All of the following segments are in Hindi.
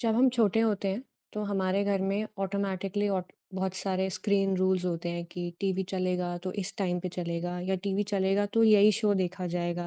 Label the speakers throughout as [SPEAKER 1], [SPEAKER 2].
[SPEAKER 1] जब हम छोटे होते हैं तो हमारे घर में ऑटोमेटिकली ऑट बहुत सारे स्क्रीन रूल्स होते हैं कि टीवी चलेगा तो इस टाइम पे चलेगा या टीवी चलेगा तो यही शो देखा जाएगा।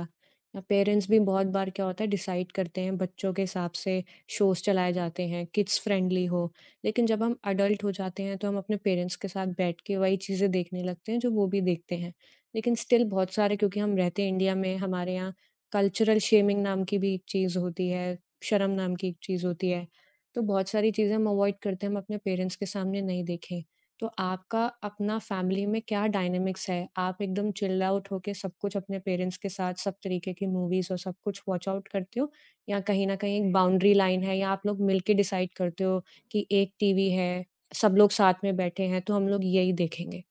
[SPEAKER 1] या पेरेंट्स भी बहुत बार क्या होता है डिसाइड करते हैं बच्चों के हिसाब से शोज चलाए जाते हैं किड्स फ्रेंडली हो। लेकिन जब हम अडल्ट हो जाते हैं तो हम अपने पेरेंट्स के साथ बैठ के वही चीज़ें देखने लगते हैं जो वो भी देखते हैं। लेकिन स्टिल बहुत सारे क्योंकि हम रहते हैं इंडिया में, हमारे यहाँ कल्चरल शेमिंग नाम की भी एक चीज़ होती है, शर्म नाम की एक चीज़ होती है। तो बहुत सारी चीज़ें हम अवॉइड करते हैं, हम अपने पेरेंट्स के सामने नहीं देखें। तो आपका अपना फैमिली में क्या डायनामिक्स है? आप एकदम चिल आउट होके सब कुछ अपने पेरेंट्स के साथ, सब तरीके की मूवीज़ और सब कुछ वॉच आउट करते हो? या कहीं न कहीं एक बाउंड्री लाइन है या आप लोग मिलके डिसाइड करते हो कि एक टीवी है, सब लोग साथ में बैठे हैं तो हम लोग यही देखेंगे?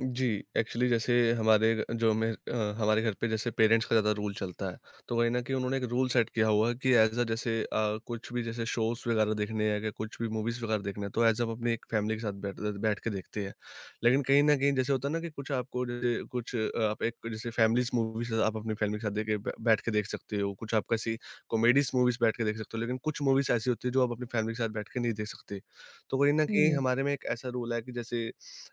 [SPEAKER 2] जी, एक्चुअली जैसे हमारे अ, जो में अ, हमारे घर पे जैसे पेरेंट्स का ज़्यादा रूल चलता है। तो वही ना कि उन्होंने एक रूल सेट किया हुआ है कि ऐज़ अ जैसे कुछ भी जैसे शोज़ वगैरह देखने हैं या कुछ भी मूवीज़ वगैरह देखना है, तो ऐज़ हम अपनी एक फैमिली के साथ बैठ बैठ के देखते हैं। लेकिन कहीं न कहीं जैसे होता है ना कि कुछ आपको जैसे कुछ आप एक जैसे फैमिलीज़ मूवीज़ आप अपनी फैमिली के साथ देख के ब बैठ के देख सकते हो। कुछ आप कैसी कॉमेडीज़ मूवीज़ बैठ के देख सकते हो। लेकिन कुछ मूवीज़ ऐसी होती है जो आप अपनी फैमिली के साथ बैठ के नहीं देख सकते। तो कहीं न
[SPEAKER 1] हुँ,
[SPEAKER 2] कहीं
[SPEAKER 1] हुँ।
[SPEAKER 2] हमारे में एक ऐसा रूल है कि जैसे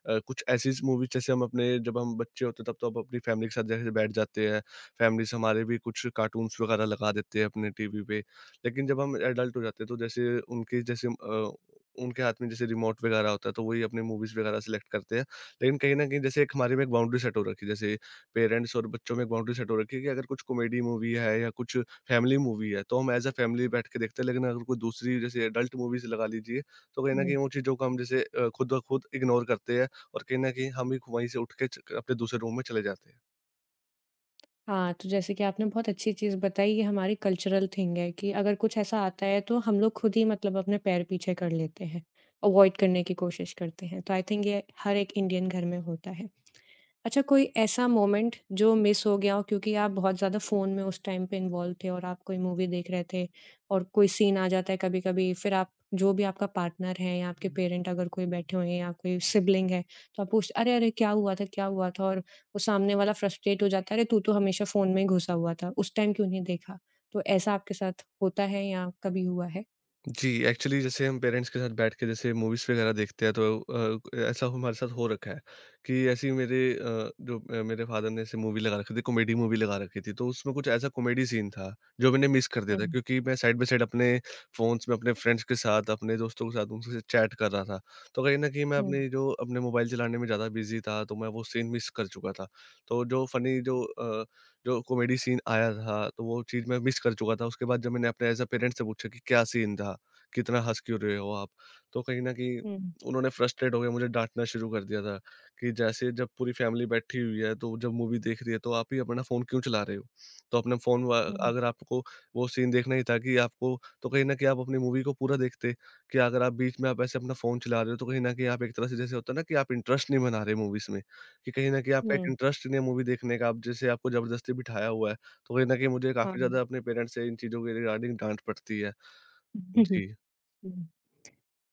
[SPEAKER 2] कुछ ऐसी मूवीज़ जैसे हम अपने जब हम बच्चे होते तब तो हम अपनी फैमिली के साथ जैसे बैठ जाते हैं, फैमिलीज़ हमारे भी कुछ कार्टून्स वगैरह लगा देते हैं अपने टीवी पे। लेकिन जब हम एडल्ट हो जाते हैं तो जैसे उनके जैसे उनके हाथ में जैसे रिमोट वगैरह होता है, तो वही अपनी मूवीज़ वगैरह सेलेक्ट करते हैं। लेकिन कहीं न कहीं जैसे एक हमारे में एक बाउंड्री सेट हो रखी है, जैसे पेरेंट्स और बच्चों में एक बाउंड्री सेट हो रखी है कि अगर कुछ कॉमेडी मूवी है या कुछ फैमिली मूवी है, तो हम एज़ अ फैमिली बैठ के देखते हैं। लेकिन अगर कोई दूसरी जैसे एडल्ट मूवीज़ लगा लीजिए, तो कहीं न कहीं उन चीज़ों को हम जैसे खुद ब खुद इग्नोर करते हैं और कहीं न कहीं हम भी वहीं से उठ के च अपने दूसरे रूम में चले जाते हैं।
[SPEAKER 1] हाँ, तो जैसे कि आपने बहुत अच्छी चीज़ बताई, ये हमारी कल्चरल थिंग है कि अगर कुछ ऐसा आता है तो हम लोग खुद ही मतलब अपने पैर पीछे कर लेते हैं, अवॉइड करने की कोशिश करते हैं। तो आई थिंक ये हर एक इंडियन घर में होता है। अच्छा, कोई ऐसा मोमेंट जो मिस हो गया हो क्योंकि आप बहुत ज़्यादा फ़ोन में उस टाइम पे इन्वॉल्व थे और आप कोई मूवी देख रहे थे और कोई सीन आ जाता है कभी-कभी, फिर आप जो भी आपका पार्टनर है या आपके पेरेंट अगर कोई बैठे हुए हैं या कोई सिबलिंग है तो आप पूछ अरे! अरे! क्या हुआ था, क्या हुआ था? और वो सामने वाला फ्रस्ट्रेट हो जाता है, अरे! तू तो हमेशा फ़ोन में ही घुसा हुआ था, उस टाइम क्यों नहीं देखा? तो ऐसा आपके साथ होता है या कभी हुआ है?
[SPEAKER 2] जी, एक्चुअली जैसे हम पेरेंट्स के साथ बैठ के जैसे मूवीज़ वगैरह देखते हैं, तो ऐसा हमारे साथ हो रखा है कि ऐसी मेरे मेरे फ़ादर ने ऐसे मूवी लगा रखी थी, कॉमेडी मूवी लगा रखी थी, तो उसमें कुछ ऐसा कॉमेडी सीन था जो मैंने मिस कर दिया था,
[SPEAKER 1] हुँ,
[SPEAKER 2] क्योंकि मैं साइड बाय साइड अपने फ़ोन्स में अपने फ्रेंड्स के साथ, अपने दोस्तों के साथ उनसे चैट कर रहा था। तो कहीं न कहीं मैं
[SPEAKER 1] हुँ,
[SPEAKER 2] अपनी जो अपने मोबाइल चलाने में ज़्यादा बिज़ी था, तो मैं वो सीन मिस कर चुका था। तो जो फ़नी जो जो कॉमेडी सीन आया था, तो वो चीज़ मैं मिस कर चुका था। उसके बाद जब मैंने अपने एज़ अ पेरेंट्स से पूछा कि क्या सीन था? कितना हँस क्यों रहे हो आप? तो कहीं न कहीं
[SPEAKER 1] हुँ,
[SPEAKER 2] उन्होंने फ्रस्ट्रेट होके मुझे डाँटना शुरू कर दिया था कि जैसे जब पूरी फैमिली बैठी हुई है, तो जब मूवी देख रही है, तो आप ही अपना फ़ोन क्यों चला रहे हो? तो अपना फ़ोन व
[SPEAKER 1] हुँ,
[SPEAKER 2] अगर आपको वो सीन देखना ही था, कि आपको तो कहीं न कहीं आप अपनी मूवी को पूरा देखते, कि अगर आप बीच में आप ऐसे अपना फ़ोन चला रहे हो, तो कहीं न कहीं आप एक तरह से जैसे होता है ना कि आप इंटरेस्ट नहीं बना रहे मूवीज़ में, कि कहीं न कहीं आपका
[SPEAKER 1] हुँ,
[SPEAKER 2] एक इंटरेस्ट नहीं है मूवी देखने का, आप जैसे आपको ज़बरदस्ती बिठाया हुआ है। तो कहीं न कहीं मुझे
[SPEAKER 1] हाँ।
[SPEAKER 2] काफ़ी ज़्यादा अपने पेरेंट्स से इन चीज़ों के रिगार्डिंग डाँट पड़ती है। जी।
[SPEAKER 1] हम्म।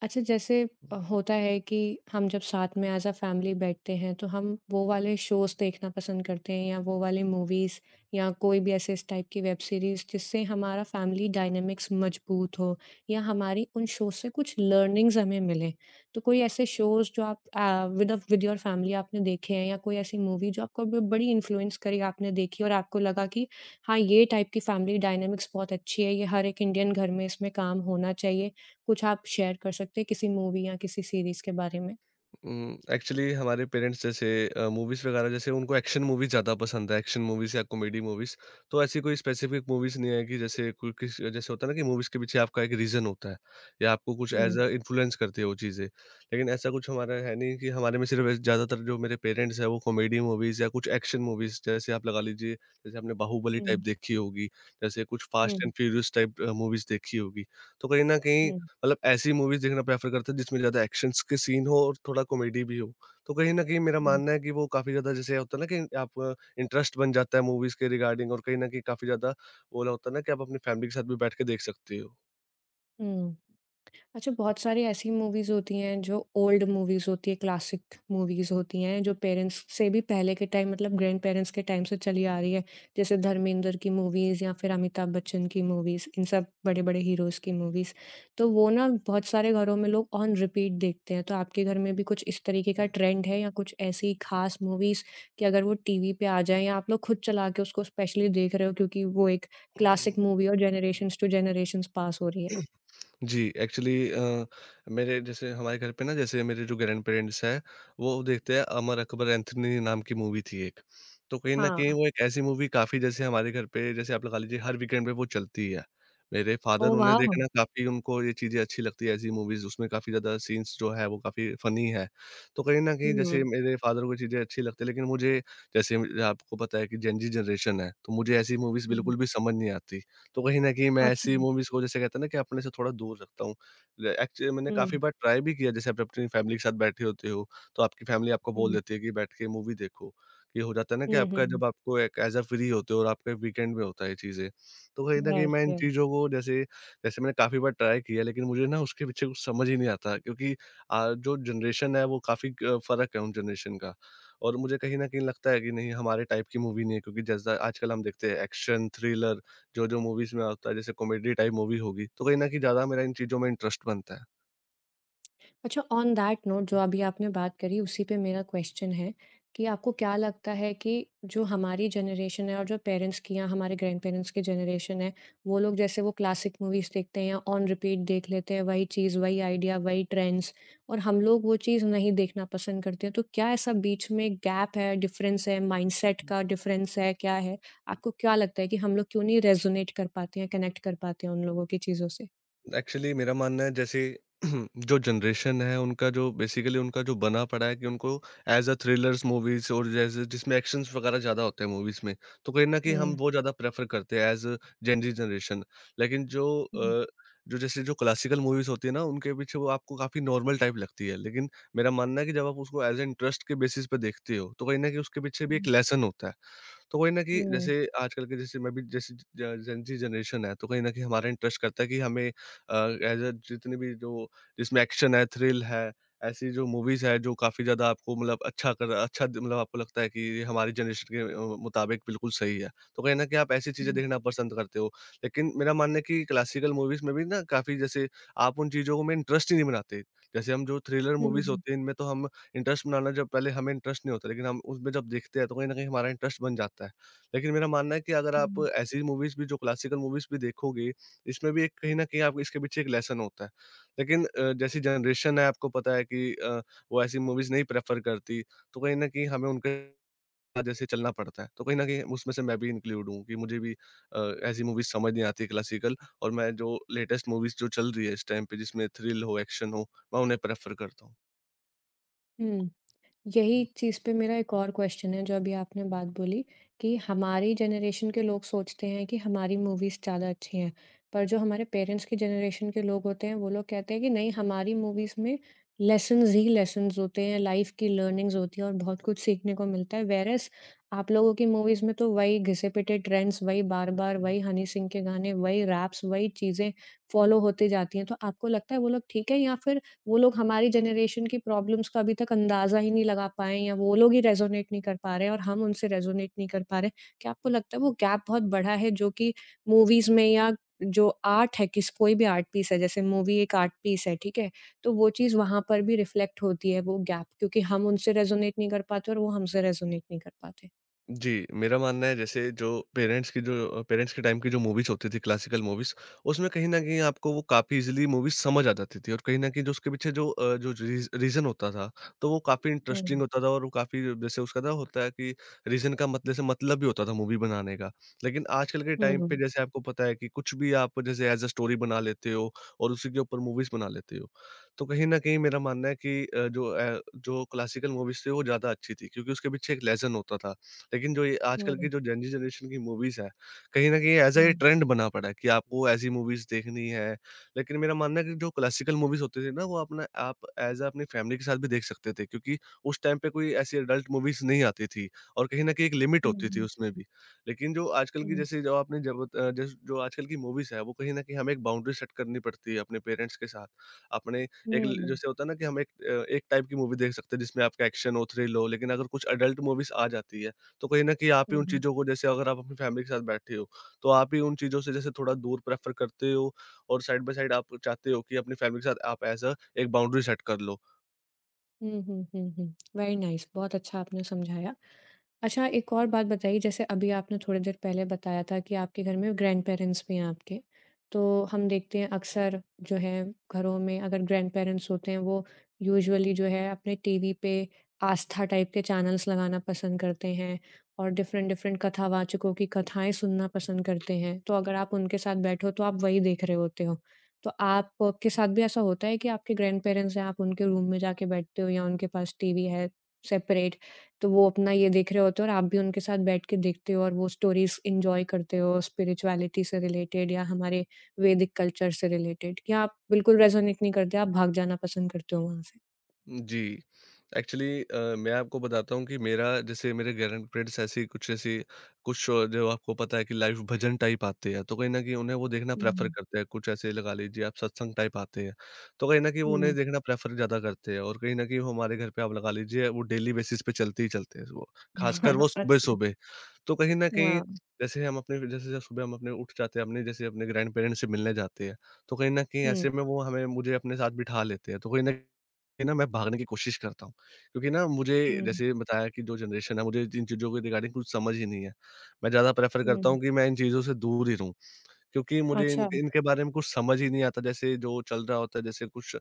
[SPEAKER 1] अच्छा, जैसे होता है कि हम जब साथ में एज़ अ फैमिली बैठते हैं तो हम वो वाले शोज़ देखना पसंद करते हैं या वो वाली मूवीज़ या कोई भी ऐसे इस टाइप की वेब सीरीज़ जिससे हमारा फैमिली डायनेमिक्स मजबूत हो या हमारी उन शो से कुछ लर्निंग्स हमें मिलें। तो कोई ऐसे शोज़ जो आप विद योर फैमिली आपने देखे हैं या कोई ऐसी मूवी जो आपको ब बड़ी इन्फ्लुएंस करी, आपने देखी और आपको लगा कि हाँ, ये टाइप की फैमिली डायनेमिक्स बहुत अच्छी है, ये हर एक इंडियन घर में इसमें काम होना चाहिए, कुछ आप शेयर कर सकते हैं किसी मूवी या किसी सीरीज़ के बारे में?
[SPEAKER 2] एक्चुअली हमारे पेरेंट्स जैसे मूवीज वगैरह, जैसे उनको एक्शन मूवीज ज्यादा पसंद है, एक्शन मूवीज या कॉमेडी मूवीज। तो ऐसी कोई स्पेसिफिक मूवीज नहीं है, कि जैसे कोई किस जैसे होता है ना कि मूवीज के पीछे आपका एक रीजन होता है या आपको कुछ
[SPEAKER 1] हुँ,
[SPEAKER 2] एज अ इन्फ्लुएंस करती है वो चीजें, लेकिन ऐसा कुछ हमारा है नहीं कि हमारे में सिर्फ ऐसे- ज्यादातर जो मेरे पेरेंट्स है वो कॉमेडी मूवीज या कुछ एक्शन मूवीज जैसे आप लगा लीजिए, जैसे आपने बाहुबली टाइप
[SPEAKER 1] हुँ,
[SPEAKER 2] देखी होगी, जैसे कुछ
[SPEAKER 1] हुँ,
[SPEAKER 2] Fast and Furious type movies देखी होगी। तो कहीं ना कहीं
[SPEAKER 1] हुँ,
[SPEAKER 2] मतलब ऐसी मूवीज़ देखना प्रेफ़र करते हैं जिसमें ज़्यादा एक्शन्स के सीन हो और थोड़ा कॉमेडी भी हो। तो कहीं न कहीं मेरा
[SPEAKER 1] हुँ।
[SPEAKER 2] मानना है कि वो काफ़ी ज़्यादा जैसे होता है ना कि आप इंटरेस्ट बन जाता है मूवीज़ के रिगार्डिंग, और कहीं न कहीं काफ़ी ज़्यादा वो वाला होता है ना कि आप अपनी फैमिली के साथ भी बैठ के देख सकते हो।
[SPEAKER 1] हुँ। अच्छा, बहुत सारी ऐसी मूवीज़ होती हैं जो ओल्ड मूवीज़ होती हैं, क्लासिक मूवीज़ होती हैं, जो पेरेंट्स से भी पहले के टाइम मतलब ग्रैंडपेरेंट्स के टाइम से चली आ रही है। जैसे धर्मेंद्र की मूवीज़ या फिर अमिताभ बच्चन की मूवीज़, इन सब बड़े-बड़े हीरोज़ की मूवीज़। तो वो ना बहुत सारे घरों में लोग ऑन रिपीट देखते हैं। तो आपके घर में भी कुछ इस तरीके का ट्रेंड है या कुछ ऐसी खास मूवीज़ कि अगर वो टीवी पे आ जाएँ या आप लोग खुद चला के उसको स्पेशली देख रहे हो क्योंकि वो एक क्लासिक मूवी और जनरेशन्स टू जनरेशन्स पास हो रही है?
[SPEAKER 2] जी, एक्चुअली मेरे जैसे हमारे घर पे ना, जैसे मेरे जो ग्रैंडपेरेंट्स हैं, वो देखते हैं, अमर अकबर एंथोनी नाम की मूवी थी एक। तो कहीं न कहीं
[SPEAKER 1] हाँ।
[SPEAKER 2] वो एक ऐसी मूवी, काफ़ी जैसे हमारे घर पे जैसे आप लगा लीजिए, हर वीकेंड पे वो चलती है। मेरे फ़ादर
[SPEAKER 1] Oh,
[SPEAKER 2] उन्हें
[SPEAKER 1] wow.
[SPEAKER 2] देखना काफ़ी, उनको ये चीज़ें अच्छी लगती है, ऐसी मूवीज़, उसमें काफ़ी ज़्यादा सीन्स जो है वो काफ़ी फ़नी है। तो कहीं न कहीं जैसे
[SPEAKER 1] Hmm,
[SPEAKER 2] मेरे फ़ादर को चीज़ें अच्छी लगती है, लेकिन मुझे जैसे आपको पता है कि जेन ज़ी जनरेशन है, तो मुझे ऐसी मूवीज़
[SPEAKER 1] hmm.
[SPEAKER 2] बिल्कुल भी समझ नहीं आती। तो कहीं न कहीं मैं
[SPEAKER 1] अच्छा.
[SPEAKER 2] ऐसी मूवीज़ को जैसे कहते हैं ना, कि अपने से थोड़ा दूर रखता हूँ। ल एक्चुअली मैंने
[SPEAKER 1] Hmm,
[SPEAKER 2] काफ़ी बार ट्राई भी किया, जैसे आप अपनी फैमिली के साथ बैठे होते हो, तो आपकी फैमिली आपको बोल
[SPEAKER 1] hmm.
[SPEAKER 2] देती है कि बैठ के मूवी देखो। ये हो जाता है ना कि
[SPEAKER 1] Hmm,
[SPEAKER 2] आपका,
[SPEAKER 1] hmm.
[SPEAKER 2] जब आपको एक एज़ अ फ्री होते हो और आपके वीकेंड में होता है ये चीज़ें। तो कहीं न कहीं
[SPEAKER 1] Yes,
[SPEAKER 2] मैं इन
[SPEAKER 1] yes.
[SPEAKER 2] चीज़ों को जैसे जैसे मैंने काफ़ी बार ट्राई किया, लेकिन मुझे ना उसके पीछे कुछ समझ ही नहीं आता, क्योंकि जो जनरेशन है वो काफ़ी क फ़र्क है उन जनरेशन का। और मुझे कहीं न कहीं लगता है कि नहीं, हमारे टाइप की मूवी नहीं है, क्योंकि जैसा आजकल हम देखते हैं एक्शन, थ्रिलर, जो-जो मूवीज़ में आता है, जैसे कॉमेडी टाइप मूवी होगी, तो कहीं न कहीं ज़्यादा मेरा इन चीज़ों में इंटरेस्ट बनता है।
[SPEAKER 1] अच्छा, ऑन दैट नोट जो अभी आपने बात करी उसी पे मेरा क्वेश्चन है कि आपको क्या लगता है कि जो हमारी जनरेशन है और जो पेरेंट्स की या हमारे ग्रैंड पेरेंट्स की जनरेशन है, वो लोग जैसे वो क्लासिक मूवीज देखते हैं या ऑन रिपीट देख लेते हैं वही चीज़, वही आइडिया, वही ट्रेंड्स, और हम लोग वो चीज़ नहीं देखना पसंद करते हैं, तो क्या ऐसा बीच में गैप है, डिफरेंस है, माइंडसेट का डिफरेंस है, क्या है? आपको क्या लगता है कि हम लोग क्यों नहीं रेजोनेट कर पाते हैं, कनेक्ट कर पाते हैं उन लोगों की चीज़ों से?
[SPEAKER 2] एक्चुअली मेरा मानना है, जैसे जो जनरेशन है उनका जो बेसिकली उनका जो बना पड़ा है कि उनको ऐज़ अ थ्रिलर्स मूवीज़, और जैसे जिसमें एक्शंस वगैरह ज़्यादा होते हैं मूवीज़ में, तो कहीं न कहीं हम
[SPEAKER 1] हम्म।
[SPEAKER 2] वो ज़्यादा प्रेफ़र करते हैं, as a gen Z generation. लेकिन जो
[SPEAKER 1] हम्म,
[SPEAKER 2] जो जैसे जो क्लासिकल मूवीज़ होती है ना, उनके पीछे वो आपको काफ़ी नॉर्मल टाइप लगती है। लेकिन मेरा मानना है कि जब आप उसको ऐज़ अ इंटरेस्ट के बेसिस पे देखते हो, तो कहीं न कहीं उसके पीछे भी एक
[SPEAKER 1] हम्म,
[SPEAKER 2] लेसन होता है। तो कहीं न कहीं
[SPEAKER 1] हम्म।
[SPEAKER 2] जैसे आजकल के, जैसे मैं भी जैसे ज ज़ेनज़ी जनरेशन है, तो कहीं न कहीं हमारा इंटरेस्ट करता है कि हमें एज़ अ जितनी भी जो जिसमें एक्शन है, थ्रिल है, ऐसी जो मूवीज़ है, जो काफ़ी ज़्यादा आपको मतलब अच्छा कर अच्छा द मतलब आपको लगता है कि ये हमारी जनरेशन के मुताबिक बिल्कुल सही है। तो कहीं न कहीं आप ऐसी चीज़ें देखना पसंद करते हो। लेकिन मेरा मानना है कि क्लासिकल मूवीज़ में भी ना काफ़ी जैसे, आप उन चीज़ों में इंटरेस्ट ही नहीं बनाते। जैसे हम जो थ्रिलर मूवीज़
[SPEAKER 1] हम्म।
[SPEAKER 2] होती हैं, इनमें तो हम इंटरेस्ट बनाना, जब पहले हमें इंटरेस्ट नहीं होता, लेकिन हम उसमें जब देखते हैं तो कहीं न कहीं हमारा इंटरेस्ट बन जाता है। लेकिन मेरा मानना है कि अगर आप
[SPEAKER 1] हुँ।
[SPEAKER 2] ऐसी मूवीज़ भी, जो क्लासिकल मूवीज़ भी देखोगे, इसमें भी एक कहीं न कहीं आपको इसके पीछे एक लेसन होता है। लेकिन जैसी जनरेशन है, आपको पता है कि वो ऐसी मूवीज़ नहीं प्रेफ़र करती, तो कहीं न कहीं हमें उनके वजह से चलना पड़ता है। तो कहीं न कहीं उसमें से मैं भी इंक्लूड हूँ कि मुझे भी ऐसी मूवीज़ समझ नहीं आती क्लासिकल, और मैं जो लेटेस्ट मूवीज़ जो चल रही है इस टाइम पे, जिसमें थ्रिल हो, एक्शन हो, मैं उन्हें प्रेफ़र करता हूँ।
[SPEAKER 1] हुँ, यही चीज़ पे मेरा एक और क्वेश्चन है, जो अभी आपने
[SPEAKER 2] हुँ।
[SPEAKER 1] बात बोली कि हमारी जनरेशन के लोग सोचते हैं कि हमारी मूवीज़ ज़्यादा अच्छी हैं, पर जो हमारे पेरेंट्स की जनरेशन के लोग होते हैं, वो लोग कहते हैं कि नहीं, हमारी मूवीज़ में लेसन्स ही लेसन्स होते हैं, लाइफ़ की लर्निंग्स होती है और बहुत कुछ सीखने को मिलता है। व्हेयर एज़ आप लोगों की मूवीज़ में तो वही घिसे-पिटे ट्रेंड्स, वही बार-बार वही हनी सिंह के गाने, वही रैप्स, वही चीज़ें फ़ॉलो होती जाती हैं। तो आपको लगता है वो लोग ठीक है, या फिर वो लोग हमारी जनरेशन की प्रॉब्लम्स का अभी तक अंदाज़ा ही नहीं लगा पाए हैं, या वो लोग ही रेज़ोनेट नहीं कर पा रहे हैं और हम उनसे रेज़ोनेट नहीं कर पा रहे? क्या आपको लगता है वो गैप बहुत बड़ा है जो कि मूवीज़ में या जो आर्ट है किस कोई भी आर्ट पीस है, जैसे मूवी एक आर्ट पीस है, ठीक है? तो वो चीज़ वहाँ पर भी रिफ्लेक्ट होती है वो गैप, क्योंकि हम उनसे रेज़ोनेट नहीं कर पाते और वो हमसे रेज़ोनेट नहीं कर पाते।
[SPEAKER 2] जी, मेरा मानना है जैसे जो पेरेंट्स की जो पेरेंट्स के टाइम की जो मूवीज़ होती थी, क्लासिकल मूवीज़, उसमें कहीं न कहीं आपको वो काफ़ी ईज़िली मूवीज़ समझ आ जाती थी और कहीं न कहीं जो उसके पीछे जो जो रीज़न होता था, तो वो काफ़ी
[SPEAKER 1] हुँ,
[SPEAKER 2] इंटरेस्टिंग होता था, और वो काफ़ी जैसे उसका ना होता है कि रीज़न का मत जैसे मतलब भी होता था मूवी बनाने का। लेकिन आजकल के
[SPEAKER 1] हुँ,
[SPEAKER 2] टाइम पे
[SPEAKER 1] हुँ,
[SPEAKER 2] जैसे आपको पता है कि कुछ भी आप जैसे एज़ अ स्टोरी बना लेते हो और उसी के ऊपर मूवीज़ बना लेते हो। तो कहीं न कहीं मेरा मानना है कि जो क्लासिकल मूवीज़ थी वो ज़्यादा अच्छी थी, क्योंकि उसके पीछे एक लेसन होता था। लेकिन जो ये
[SPEAKER 1] हुँ,
[SPEAKER 2] आजकल की
[SPEAKER 1] हुँ,
[SPEAKER 2] जो जेनजी जनरेशन की मूवीज़ हैं, कहीं न कहीं ऐसा ये
[SPEAKER 1] हुँ,
[SPEAKER 2] ट्रेंड बना पड़ा है कि आपको ऐसी मूवीज़ देखनी है। लेकिन मेरा मानना है कि जो क्लासिकल मूवीज़ होती थी ना, वो अपना आप ऐज़ अ अपनी फैमिली के साथ भी देख सकते थे, क्योंकि उस टाइम पे कोई ऐसी एडल्ट मूवीज़ नहीं आती थी, और कहीं न कहीं एक लिमिट होती थी
[SPEAKER 1] हुँ,
[SPEAKER 2] उसमें भी। लेकिन जो आजकल
[SPEAKER 1] हुँ,
[SPEAKER 2] की,
[SPEAKER 1] हुँ,
[SPEAKER 2] जैसे जो आपने जब अ, जैस जो आजकल की मूवीज़ है, वो कहीं न कहीं हमें एक बाउंड्री सेट करनी पड़ती है अपने पेरेंट्स के साथ। अपने
[SPEAKER 1] हुँ,
[SPEAKER 2] एक ल जैसे होता है ना कि हम एक टाइप की मूवी देख सकते हैं जिसमें आपका एक्शन हो, थ्रिल हो, लेकिन अगर कुछ एडल्ट मूवीज़ आ जाती है, तो कहीं न कहीं आप ही उन चीज़ों को जैसे अगर आप अपनी फैमिली के साथ बैठे हो, तो आप ही उन चीज़ों से जैसे थोड़ा दूर प्रेफ़र करते हो और साइड बाय साइड आप चाहते हो कि अपनी फैमिली के साथ आप एज़ अ एक बाउंड्री सेट कर लो।
[SPEAKER 1] हुँ, हुँ, हुँ, हुँ। वेरी नाइस, बहुत अच्छा आपने समझाया। अच्छा, एक और बात बताइए, जैसे अभी आपने थोड़ी देर पहले बताया था कि आपके घर में ग्रैंड-पेरेंट्स भी हैं आपके। तो हम देखते हैं अक्सर जो है, घरों में अगर ग्रैंड-पेरेंट्स होते हैं, वो यूजुअली जो है अपने टीवी पे आस्था टाइप के चैनल्स लगाना पसंद करते हैं और डिफ़रेंट-डिफ़रेंट कथावाचकों की कथाएँ सुनना पसंद करते हैं। तो अगर आप उनके साथ बैठे हो, तो आप वही देख रहे होते हो। तो आपके साथ भी ऐसा होता है कि आपके ग्रैंड-पेरेंट्स हैं, आप उनके रूम में जाके बैठते हो या उनके पास टीवी है सेपरेट? तो वो अपना ये देख रहे होते हो और आप भी उनके साथ बैठ के देखते हो और वो स्टोरीज़ एन्जॉय करते हो स्पिरिचुअलिटी से रिलेटेड या हमारे वैदिक कल्चर से रिलेटेड, या आप बिल्कुल रेज़ोनेट नहीं करते, आप भाग जाना पसंद करते हो वहाँ से?
[SPEAKER 2] जी। एक्चुअली मैं आपको बताता हूँ कि मेरा जैसे मेरे ग्रैंडपेरेंट्स ऐसी कुछ जो आपको पता है कि लाइव भजन टाइप आते हैं, तो कहीं न कहीं उन्हें वो देखना प्रेफ़र
[SPEAKER 1] हुँ,
[SPEAKER 2] करते हैं। कुछ ऐसे लगा लीजिए आप सत्संग टाइप आते हैं, तो कहीं न कहीं वो
[SPEAKER 1] हुँ।
[SPEAKER 2] उन्हें देखना प्रेफ़र ज़्यादा करते हैं और कहीं न कहीं वो हमारे घर पे आप लगा लीजिए वो डेली बेसिस पे चलते ही चलते हैं वो। ख़ासकर वो
[SPEAKER 1] अच्छा,
[SPEAKER 2] सुबह-सुबह। तो कहीं न कहीं
[SPEAKER 1] हाँ।
[SPEAKER 2] जैसे हम अपने जैसे जब सुबह हम अपने उठ जाते हैं, अपने जैसे अपने ग्रैंडपेरेंट्स से मिलने जाते हैं, तो कहीं न कहीं
[SPEAKER 1] हुँ,
[SPEAKER 2] ऐसे में वो हमें मुझे अपने साथ बिठा लेते हैं। तो कहीं न कहीं ना मैं भागने की कोशिश करता हूँ, क्योंकि ना मुझे
[SPEAKER 1] हुँ,
[SPEAKER 2] जैसे बताया कि जो जनरेशन है, मुझे इन चीज़ों के रिगार्डिंग कुछ समझ ही नहीं है। मैं ज़्यादा प्रेफ़र करता
[SPEAKER 1] हुँ।
[SPEAKER 2] हूँ कि मैं इन चीज़ों से दूर ही रहूँ। क्योंकि मुझे इन
[SPEAKER 1] अच्छा।
[SPEAKER 2] इनके बारे में कुछ समझ ही नहीं आता। जैसे जो चल रहा होता है, जैसे कुछ अ,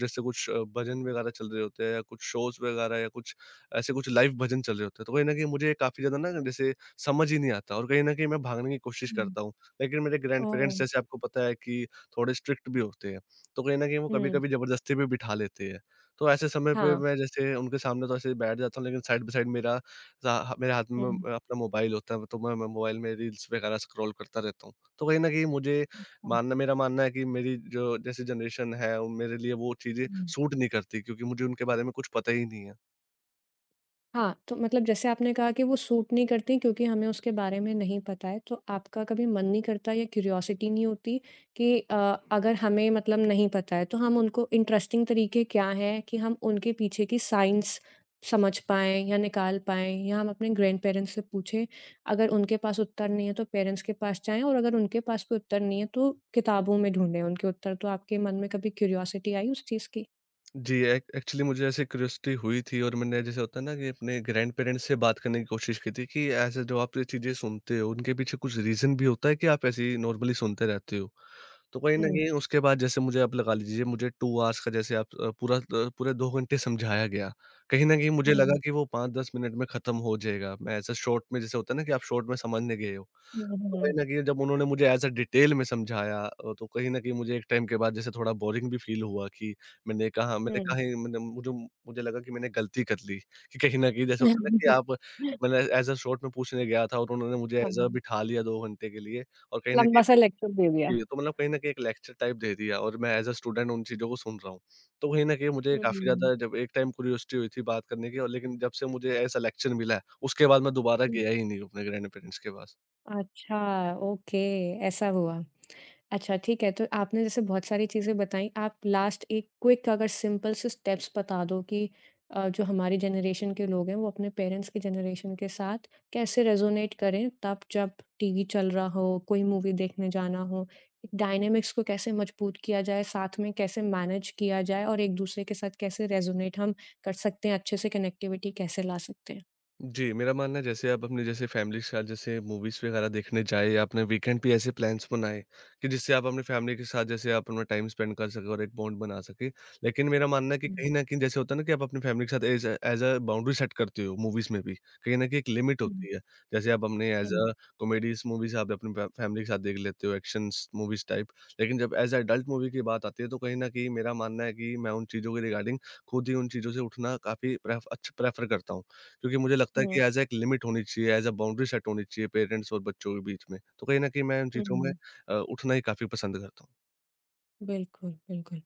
[SPEAKER 2] जैसे कुछ अ, भजन वगैरह चल रहे होते हैं या कुछ शोज़ वगैरह या कुछ लाइव भजन चल रहे होते हैं। तो कहीं न कहीं मुझे काफ़ी ज़्यादा ना जैसे समझ ही नहीं आता और कहीं न कहीं मैं भागने की कोशिश
[SPEAKER 1] हुँ,
[SPEAKER 2] करता हूँ। लेकिन मेरे
[SPEAKER 1] ओह!
[SPEAKER 2] ग्रैंडपेरेंट्स जैसे आपको पता है कि थोड़े स्ट्रिक्ट भी होते हैं। तो कहीं न कहीं वो
[SPEAKER 1] हुँ,
[SPEAKER 2] कभी-कभी ज़बरदस्ती भी बिठा लेते हैं। तो ऐसे समय पे
[SPEAKER 1] हाँ।
[SPEAKER 2] मैं जैसे उनके सामने तो ऐसे बैठ जाता हूँ, लेकिन साइड बाय साइड मेरा सा मेरे हाथ में
[SPEAKER 1] हुँ।
[SPEAKER 2] अपना मोबाइल होता है। तो मैं मोबाइल में रील्स वगैरह स्क्रॉल करता रहता हूँ। तो कहीं न कहीं मुझे
[SPEAKER 1] अच्छा,
[SPEAKER 2] मानना मेरा मानना है कि मेरी जो जैसे जनरेशन है, वो मेरे लिए वो चीज़ें
[SPEAKER 1] हुँ।
[SPEAKER 2] सूट नहीं करती, क्योंकि मुझे उनके बारे में कुछ पता ही नहीं है।
[SPEAKER 1] हाँ, तो मतलब जैसे आपने कहा कि वो सूट नहीं करती क्योंकि हमें उसके बारे में नहीं पता है, तो आपका कभी मन नहीं करता या क्यूरियोसिटी नहीं होती कि अगर हमें मतलब नहीं पता है, तो हम उनको इंटरेस्टिंग तरीके क्या हैं कि हम उनके पीछे की साइंस समझ पाएँ या निकाल पाएँ या हम अपने ग्रैंडपेरेंट्स से पूछें। अगर उनके पास उत्तर नहीं है, तो पेरेंट्स के पास जाएँ और अगर उनके पास कोई उत्तर नहीं है, तो किताबों में ढूँढें उनके उत्तर। तो आपके मन में कभी क्यूरियोसिटी आई उस चीज़ की?
[SPEAKER 2] जी, एक्चुअली मुझे ऐसे क्यूरियोसिटी हुई थी और मैंने जैसे होता है ना कि अपने ग्रैंड पेरेंट्स से बात करने की कोशिश की थी कि ऐसे जो आप ये चीज़ें सुनते हो, उनके पीछे कुछ रीज़न भी होता है कि आप ऐसे ही नॉर्मली सुनते रहते हो? तो कहीं न
[SPEAKER 1] हुँ,
[SPEAKER 2] कहीं उसके बाद जैसे मुझे आप लगा लीजिए मुझे 2 आवर्स का जैसे आप अ, पूरा अ, पूरे 2 घंटे समझाया गया। कहीं न कहीं मुझे हुँ।
[SPEAKER 1] हुँ,
[SPEAKER 2] लगा कि वो 5-10 मिनट में खत्म हो जाएगा। मैं ऐसा शॉर्ट में जैसे होता है ना कि आप शॉर्ट में समझने गए हो।
[SPEAKER 1] हुँ,
[SPEAKER 2] तो
[SPEAKER 1] हुँ,
[SPEAKER 2] कहीं न कहीं जब उन्होंने मुझे ऐज़ अ डिटेल में समझाया, तो कहीं न कहीं मुझे एक टाइम के बाद जैसे थोड़ा बोरिंग भी फ़ील हुआ कि मैंने
[SPEAKER 1] हुँ।
[SPEAKER 2] कहा ही मैंने मुझे मुझे लगा कि मैंने गलती कर ली, कि कहीं न कहीं जैसे होता है ना कि आप मैंने ऐज़ अ शॉर्ट में पूछने गया था और उन्होंने मुझे ऐज़ अ
[SPEAKER 1] हाँ,
[SPEAKER 2] बिठा लिया 2 घंटे के लिए। और कहीं न
[SPEAKER 1] लंबा सा
[SPEAKER 2] कहीं
[SPEAKER 1] लेक्चर दे दिया।
[SPEAKER 2] तो मतलब कहीं न कहीं एक लेक्चर टाइप दे दिया और मैं ऐज़ अ स्टूडेंट उन चीज़ों को सुन रहा हूँ। तो कहीं न कहीं मुझे
[SPEAKER 1] हुँ,
[SPEAKER 2] काफ़ी
[SPEAKER 1] हुँ।
[SPEAKER 2] ज़्यादा जब एक टाइम क्यूरियोसिटी हुई थी बात करने की, और लेकिन जब से मुझे ऐसा लेक्चर मिला है, उसके बाद मैं दोबारा गया ही नहीं अपने ग्रैंड पेरेंट्स के पास।
[SPEAKER 1] अच्छा, ओके, ऐसा हुआ। अच्छा ठीक है, तो आपने जैसे बहुत सारी चीज़ें बताई, आप लास्ट एक क्विक अगर सिंपल से स्टेप्स बता दो कि जो हमारी जनरेशन के लोग हैं, वो अपने पेरेंट्स की जनरेशन के साथ कैसे रेज़ोनेट करें, तब जब टीवी चल रहा हो, कोई मूवी देखने जाना हो, एक डायनामिक्स को कैसे मजबूत किया जाए, साथ में कैसे मैनेज किया जाए और एक-दूसरे के साथ कैसे रेज़ोनेट हम कर सकते हैं, अच्छे से कनेक्टिविटी कैसे ला सकते
[SPEAKER 2] जी, मेरा मानना है जैसे आप अपने जैसे फैमिली के साथ जैसे मूवीज़ वगैरह देखने जाएँ या आपने वीकेंड पे ऐसे प्लान्स बनाएँ कि जिससे आप अपनी फैमिली के साथ जैसे आप अपना टाइम स्पेंड कर सकें और एक बॉन्ड बना सकें। लेकिन मेरा मानना है कि
[SPEAKER 1] हैं?
[SPEAKER 2] कहीं न कहीं जैसे होता है ना कि आप अपनी फैमिली के साथ एज़ अ बाउंड्री सेट करते हो मूवीज़ में भी। कहीं न कहीं एक लिमिट
[SPEAKER 1] हुँ,
[SPEAKER 2] होती है। जैसे आप अपने as
[SPEAKER 1] hmm,
[SPEAKER 2] a comedies movies आप अपनी फ फैमिली के साथ देख लेते हो, एक्शन्स मूवीज़ टाइप। लेकिन जब एज़ अ एडल्ट मूवी की बात आती है, तो कहीं न कहीं मेरा मानना है कि मैं उन चीज़ों के रिगार्डिंग खुद ही उन चीज़ों से उठना काफ़ी प्रेफ़र करता हूँ। क्योंकि मुझे लगता है
[SPEAKER 1] हुँ,
[SPEAKER 2] कि एज़ अ एक लिमिट होनी चाहिए, एज़ अ बाउंड्री सेट होनी चाहिए पेरेंट्स और बच्चों के बीच में। तो कहीं न कहीं मैं उन चीज़ों में
[SPEAKER 1] हुँ,
[SPEAKER 2] उठना ही काफ़ी पसंद करता हूँ।
[SPEAKER 1] बिल्कुल, बिल्कुल।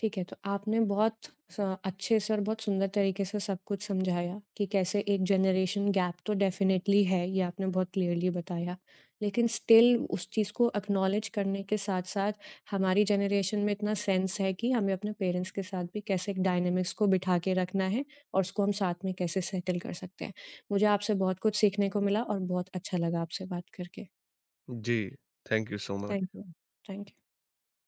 [SPEAKER 1] ठीक है, तो आपने बहुत स अच्छे से और बहुत सुंदर तरीके से सब कुछ समझाया कि कैसे एक जनरेशन गैप तो डेफ़िनेटली है, ये आपने बहुत क्लियरली बताया। लेकिन स्टिल उस चीज़ को एक्नॉलेज करने के साथ-साथ हमारी जनरेशन में इतना सेंस है कि हमें अपने पेरेंट्स के साथ भी कैसे एक डायनामिक्स को बिठा के रखना है और उसको हम साथ में कैसे सेटल कर सकते हैं। मुझे आपसे बहुत कुछ सीखने को मिला और बहुत अच्छा लगा आपसे बात करके।
[SPEAKER 2] जी, thank you so
[SPEAKER 1] thank
[SPEAKER 2] much.
[SPEAKER 1] You. Thank